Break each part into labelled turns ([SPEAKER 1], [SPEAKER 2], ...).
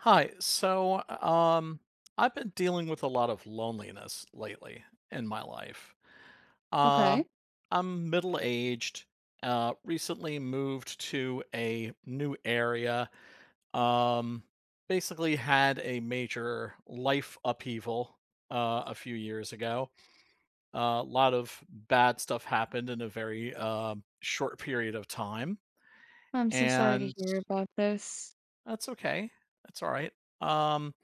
[SPEAKER 1] Hi. So, I've been dealing with a lot of loneliness lately in my life. Uh,
[SPEAKER 2] Okay.
[SPEAKER 1] I'm middle aged, recently moved to a new area, um, basically had a major life upheaval a few years ago. A lot of bad stuff happened in a very short period of time,
[SPEAKER 2] I'm so sorry to
[SPEAKER 1] and
[SPEAKER 2] hear about this.
[SPEAKER 1] that's okay. That's all right. Um,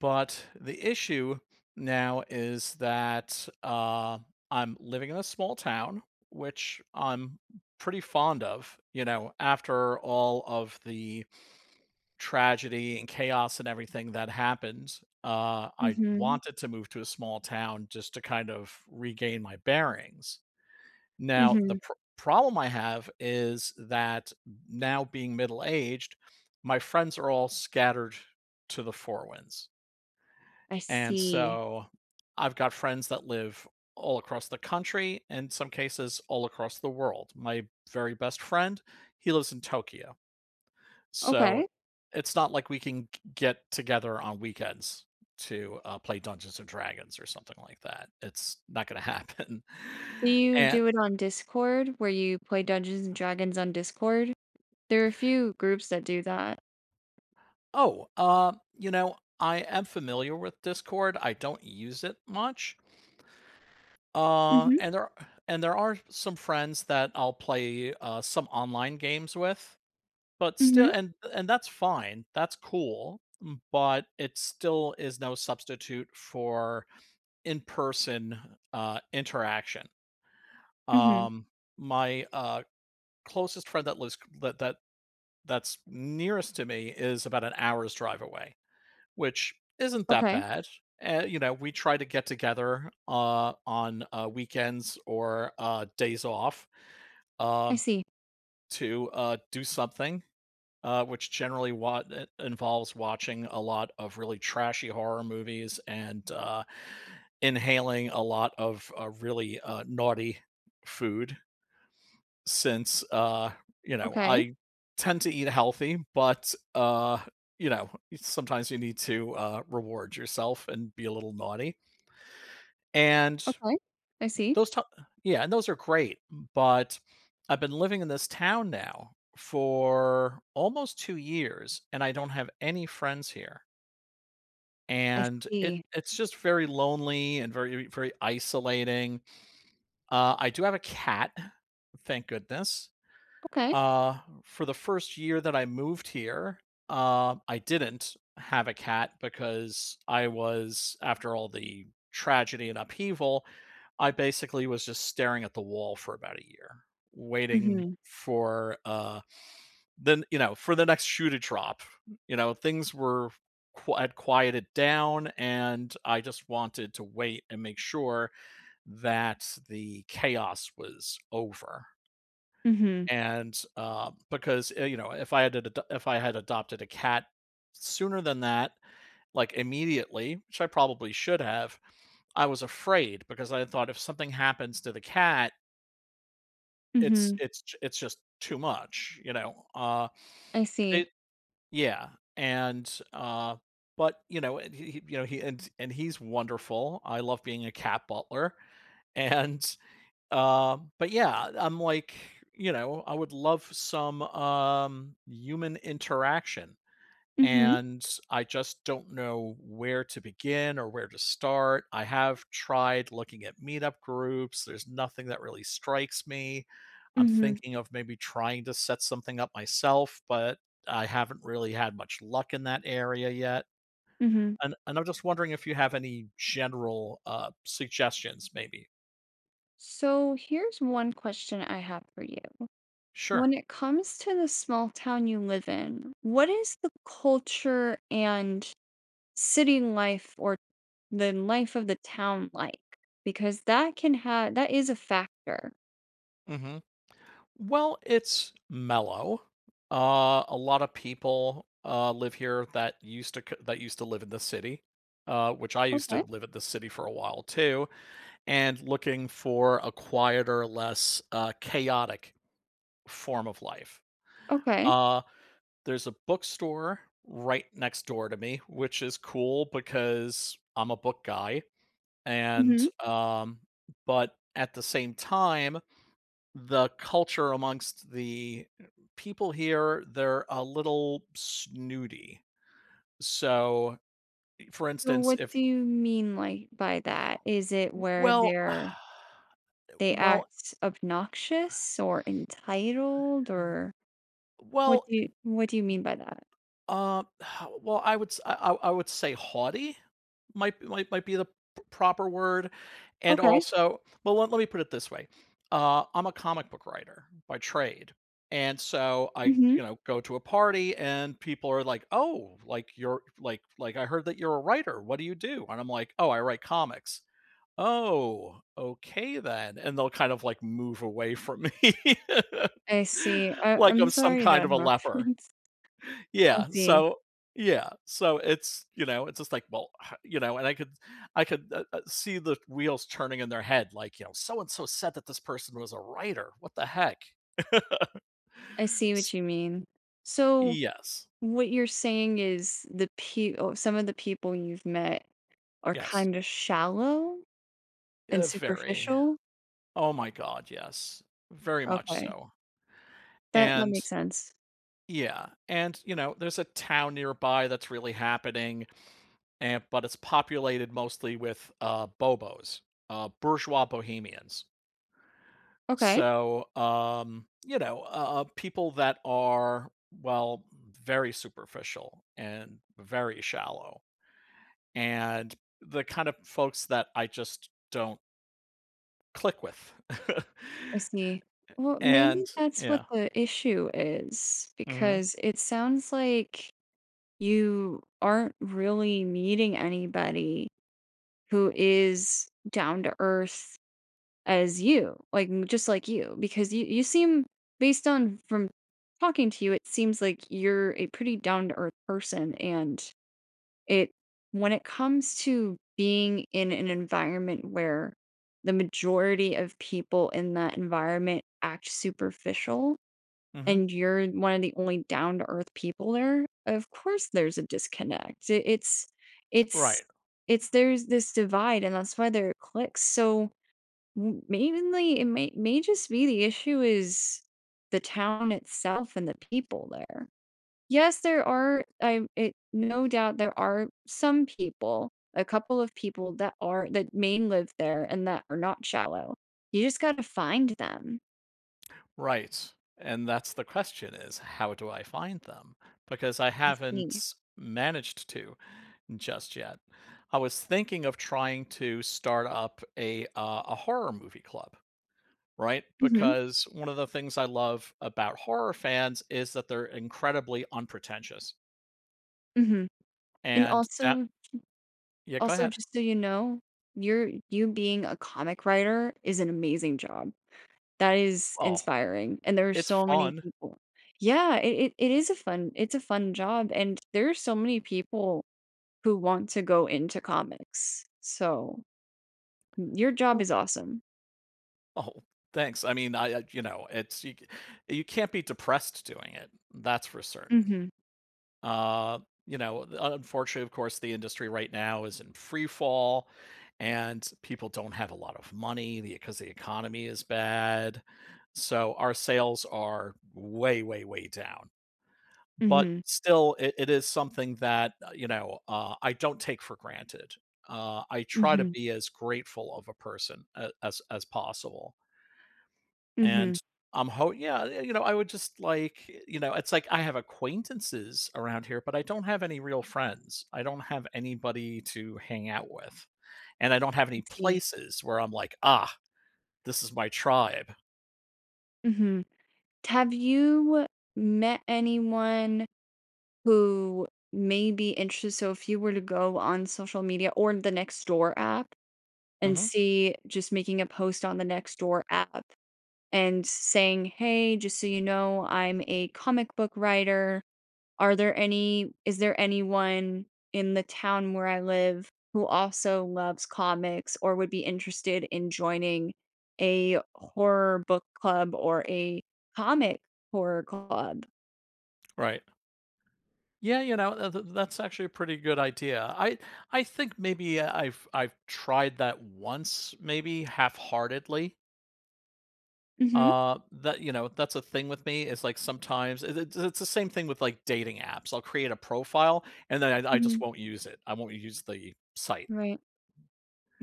[SPEAKER 1] But the issue now is that I'm living in a small town, which I'm pretty fond of. You know, after all of the tragedy and chaos and everything that happened, I
[SPEAKER 2] Mhm.
[SPEAKER 1] wanted to move to a small town just to kind of regain my bearings. Now,
[SPEAKER 2] Mhm.
[SPEAKER 1] problem I have is that now, being middle aged, my friends are all scattered to the four winds.
[SPEAKER 2] I
[SPEAKER 1] And
[SPEAKER 2] see.
[SPEAKER 1] so I've got friends that live all across the country, in some cases, all across the world. My very best friend, he lives in Tokyo. So
[SPEAKER 2] Okay.
[SPEAKER 1] it's not like we can get together on weekends to play Dungeons and Dragons or something like that. It's not going to happen.
[SPEAKER 2] Do you
[SPEAKER 1] And
[SPEAKER 2] do it on Discord where you play Dungeons and Dragons on Discord? There are a few groups that do that.
[SPEAKER 1] oh, you know, I am familiar with Discord. I don't use it much. Uh,
[SPEAKER 2] Mhm.
[SPEAKER 1] and there and there are some friends that I'll play, some online games with, but still,
[SPEAKER 2] Mhm.
[SPEAKER 1] and that's fine, that's cool, m but it still is no substitute for in-person, interaction.
[SPEAKER 2] Mhm.
[SPEAKER 1] Um, my closest friend that lives that that that's nearest to me is about an hour's drive away, which isn't that
[SPEAKER 2] Okay.
[SPEAKER 1] bad. We try to get together on weekends or days off,
[SPEAKER 2] I
[SPEAKER 1] um,
[SPEAKER 2] see.
[SPEAKER 1] to do something, which generally involves watching a lot of really trashy horror movies and inhaling a lot of really naughty food. Since
[SPEAKER 2] Okay.
[SPEAKER 1] I tend to eat healthy, but you know sometimes you need to reward yourself and be a little naughty. and
[SPEAKER 2] Okay. I see.
[SPEAKER 1] those t- yeah, and those are great, but I've been living in this town now for almost 2 years and I don't have any friends here,
[SPEAKER 2] I
[SPEAKER 1] and it
[SPEAKER 2] see.
[SPEAKER 1] it's just very lonely and very, very isolating. I do have a cat, thank goodness.
[SPEAKER 2] Okay.
[SPEAKER 1] Uh, for the first year that I moved here, I didn't have a cat because I was, after all the tragedy and upheaval, I basically was just staring at the wall for about a year, waiting
[SPEAKER 2] Mhm.
[SPEAKER 1] for, then, for the next shoe to drop. You know, things had quieted down, and I just wanted to wait and make sure that the chaos was over.
[SPEAKER 2] Mhm.
[SPEAKER 1] And, because, if I had ad if I had adopted a cat sooner than that, like, immediately, which I probably should have, I was afraid because I thought if something happens to the cat, it's
[SPEAKER 2] Mhm.
[SPEAKER 1] it's j it's just too much, you know?
[SPEAKER 2] I
[SPEAKER 1] It
[SPEAKER 2] see.
[SPEAKER 1] Yeah, and, but, you know, he and he's wonderful. I love being a cat butler. and But yeah, I'm like, you know, I would love some human interaction.
[SPEAKER 2] Mhm.
[SPEAKER 1] And I just don't know where to begin or where to start. I have tried looking at meetup groups. There's nothing that really strikes me. I'm
[SPEAKER 2] Mhm.
[SPEAKER 1] thinking of maybe trying to set something up myself, but I haven't really had much luck in that area yet.
[SPEAKER 2] Mhm.
[SPEAKER 1] And I'm just wondering if you have any general suggestions, maybe.
[SPEAKER 2] So here's one question I have for you. When
[SPEAKER 1] Sure.
[SPEAKER 2] it comes to the small town you live in, what is the culture and city life or the life of the town like? Because that can have that is a factor.
[SPEAKER 1] hmm Well, it's mellow. A lot of people live here that that used to live in the city, which I used to
[SPEAKER 2] Okay.
[SPEAKER 1] live in the city for a while too, and looking for a quieter, less chaotic form of life.
[SPEAKER 2] Okay.
[SPEAKER 1] Uh, there's a bookstore right next door to me, which is cool because I'm a book guy, and
[SPEAKER 2] Hmm.
[SPEAKER 1] but at the same time, the culture amongst the people here, they're a little snooty. So, for
[SPEAKER 2] So
[SPEAKER 1] instance,
[SPEAKER 2] what
[SPEAKER 1] if
[SPEAKER 2] do you mean like by that? Is it where
[SPEAKER 1] well,
[SPEAKER 2] they're they
[SPEAKER 1] well,
[SPEAKER 2] act obnoxious or entitled
[SPEAKER 1] Mm.
[SPEAKER 2] or what
[SPEAKER 1] well
[SPEAKER 2] do you mean by that?
[SPEAKER 1] Uh, well, I would s I would say haughty might be the p proper word, and
[SPEAKER 2] Okay.
[SPEAKER 1] also, well, let me put it this way. I'm a comic book writer by trade, and so I,
[SPEAKER 2] Hmm.
[SPEAKER 1] go to a party and people are like, "Oh, like, you're I heard that you're a writer, what do you do?" And I'm like, "Oh, I write comics." "Oh, okay then," and they'll kind of, like, move away from me.
[SPEAKER 2] I see. I,
[SPEAKER 1] Like
[SPEAKER 2] I'm
[SPEAKER 1] I'm some
[SPEAKER 2] sorry
[SPEAKER 1] kind
[SPEAKER 2] that
[SPEAKER 1] of a leper.
[SPEAKER 2] happens. I
[SPEAKER 1] Yeah,
[SPEAKER 2] see.
[SPEAKER 1] so, it's just like, well, and I could, see the wheels turning in their head, like, you know, "So and so said that this person was a writer. What the heck?"
[SPEAKER 2] I see what
[SPEAKER 1] S
[SPEAKER 2] you mean. So
[SPEAKER 1] Yes.
[SPEAKER 2] what you're saying is the pe- oh, some of the people you've met are
[SPEAKER 1] Yes,
[SPEAKER 2] kind of shallow and
[SPEAKER 1] very.
[SPEAKER 2] superficial?
[SPEAKER 1] Oh my god, yes, very much
[SPEAKER 2] Okay.
[SPEAKER 1] so,
[SPEAKER 2] That
[SPEAKER 1] and
[SPEAKER 2] makes sense.
[SPEAKER 1] yeah, and, you know, there's a town nearby that's really happening, and but it's populated mostly with, Bobos, bourgeois Bohemians.
[SPEAKER 2] Okay.
[SPEAKER 1] So, you know, people that are, well, very superficial and very shallow, and the kind of folks that I just don't click with.
[SPEAKER 2] I see. Well, maybe
[SPEAKER 1] And
[SPEAKER 2] that's what
[SPEAKER 1] yeah.
[SPEAKER 2] the issue is
[SPEAKER 1] Mhm.
[SPEAKER 2] because it sounds like you aren't really meeting anybody who is down to earth as you, like, m just like you, because you seem based on from talking to you. It seems like you're a pretty down to earth person, and it when it comes to being in an environment where the majority of people in that environment act superficial,
[SPEAKER 1] Mhm.
[SPEAKER 2] and you're one of the only down to earth people there, of course there's a disconnect. It's
[SPEAKER 1] Right.
[SPEAKER 2] it's there's this divide, and that's why there are clicks, so m mainly, it may just be the issue is the town itself and the people there. Yes, there are I it no doubt there are some people, a couple of people that are that may live there and that are not shallow. You just gotta find them.
[SPEAKER 1] Right. And that's the question, is how do I find them? Because I
[SPEAKER 2] I see.
[SPEAKER 1] haven't managed to, just yet. I was thinking of trying to start up a horror movie club, right?
[SPEAKER 2] Mhm,
[SPEAKER 1] Because one of the things I love about horror fans is that they're incredibly unpretentious.
[SPEAKER 2] mhm. And
[SPEAKER 1] And that
[SPEAKER 2] also
[SPEAKER 1] Yeah, go
[SPEAKER 2] also
[SPEAKER 1] ahead.
[SPEAKER 2] just so you know, you're you being a comic writer is an amazing job. That is
[SPEAKER 1] Oh,
[SPEAKER 2] inspiring, and there are
[SPEAKER 1] it's
[SPEAKER 2] so many
[SPEAKER 1] fun.
[SPEAKER 2] people. Yeah, it it is a fun it's a fun job, and there are so many people who want to go into comics, so mm, your job
[SPEAKER 1] Oh,
[SPEAKER 2] is awesome.
[SPEAKER 1] oh, thanks. I mean, I you can't be depressed doing it. That's for certain.
[SPEAKER 2] Mhm,
[SPEAKER 1] Uh, Unfortunately, of course, the industry right now is in free fall, and people don't have a lot of money because the economy is bad. So our sales are way, way, way down. But
[SPEAKER 2] mhm,
[SPEAKER 1] still, it is something that, I don't take for granted. I try to
[SPEAKER 2] mhm,
[SPEAKER 1] be as grateful of a person a as possible,
[SPEAKER 2] mhm,
[SPEAKER 1] and I'm ho yeah, yeah, I would just it's like I have acquaintances around here, but I don't have any real friends. I don't have anybody to hang out with, and I don't have
[SPEAKER 2] I
[SPEAKER 1] any
[SPEAKER 2] see,
[SPEAKER 1] places where I'm like, "Ah, this is my tribe."
[SPEAKER 2] mhm. Have you met anyone who may be interested so if you were to go on social media or the Nextdoor app and
[SPEAKER 1] Mhm.
[SPEAKER 2] see just making a post on the Nextdoor app and saying, "Hey, just so you know, I'm a comic book writer. Are there any is there anyone in the town where I live who also loves comics or would be interested in joining a horror book club or a comic horror club?"
[SPEAKER 1] Right. Yeah, you know, that's actually a pretty good idea. I think maybe, I've tried that once, maybe half-heartedly.
[SPEAKER 2] Mhm.
[SPEAKER 1] That's a thing with me is, like, sometimes it's the same thing with, like, dating apps. I'll create a profile, and then I just
[SPEAKER 2] Mhm.
[SPEAKER 1] won't use it. I won't use the site,
[SPEAKER 2] Right.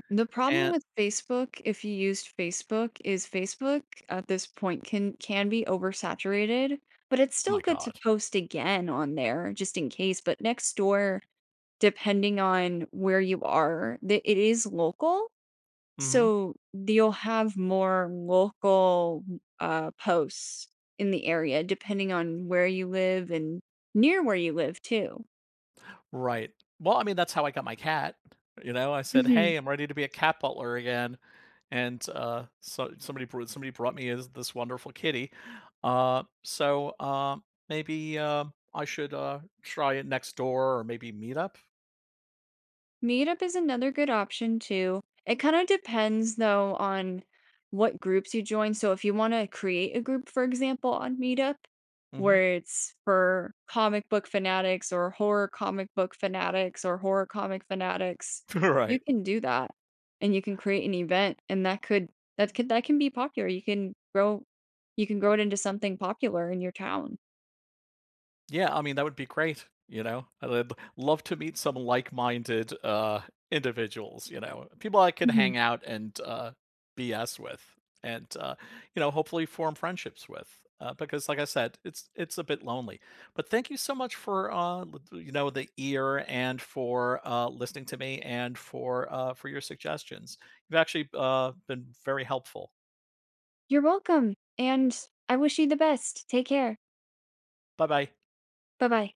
[SPEAKER 2] The problem
[SPEAKER 1] and
[SPEAKER 2] with Facebook, if you used Facebook, is Facebook at this point can be oversaturated, but it's
[SPEAKER 1] oh
[SPEAKER 2] still
[SPEAKER 1] my
[SPEAKER 2] good to
[SPEAKER 1] god.
[SPEAKER 2] post again on there just in case. But next door, depending on where you are, the, it is local,
[SPEAKER 1] Mhm.
[SPEAKER 2] so you'll have more local posts in the area, depending on where you live and near where you live too.
[SPEAKER 1] Right. Well, I mean, that's how I got my cat. You know, I said, "Hey, I'm ready to be a cat butler again," and so, somebody brought me is this wonderful kitty. So, maybe I should try it next door or maybe meet up.
[SPEAKER 2] Meetup is another good option too. It kind of depends though on what groups you join. So if you want to create a group, for example, on Meetup,
[SPEAKER 1] Hmm.
[SPEAKER 2] where it's for comic book fanatics or horror comic book fanatics or horror comic fanatics, you
[SPEAKER 1] Right.
[SPEAKER 2] can do that and you can create an event and that could that could that can be popular. You can grow it into something popular in your town.
[SPEAKER 1] Yeah, I mean, that would be great, you know? I would love to meet some like-minded, individuals, you know? People I could
[SPEAKER 2] Mhm.
[SPEAKER 1] hang out and, BS with, and, hopefully form friendships with, because like I said, it's a bit lonely. But thank you so much for, the ear, and for, listening to me, and for your suggestions. You've actually, been very helpful.
[SPEAKER 2] You're welcome. And I wish you the best. Take care.
[SPEAKER 1] Bye-bye.
[SPEAKER 2] Bye bye.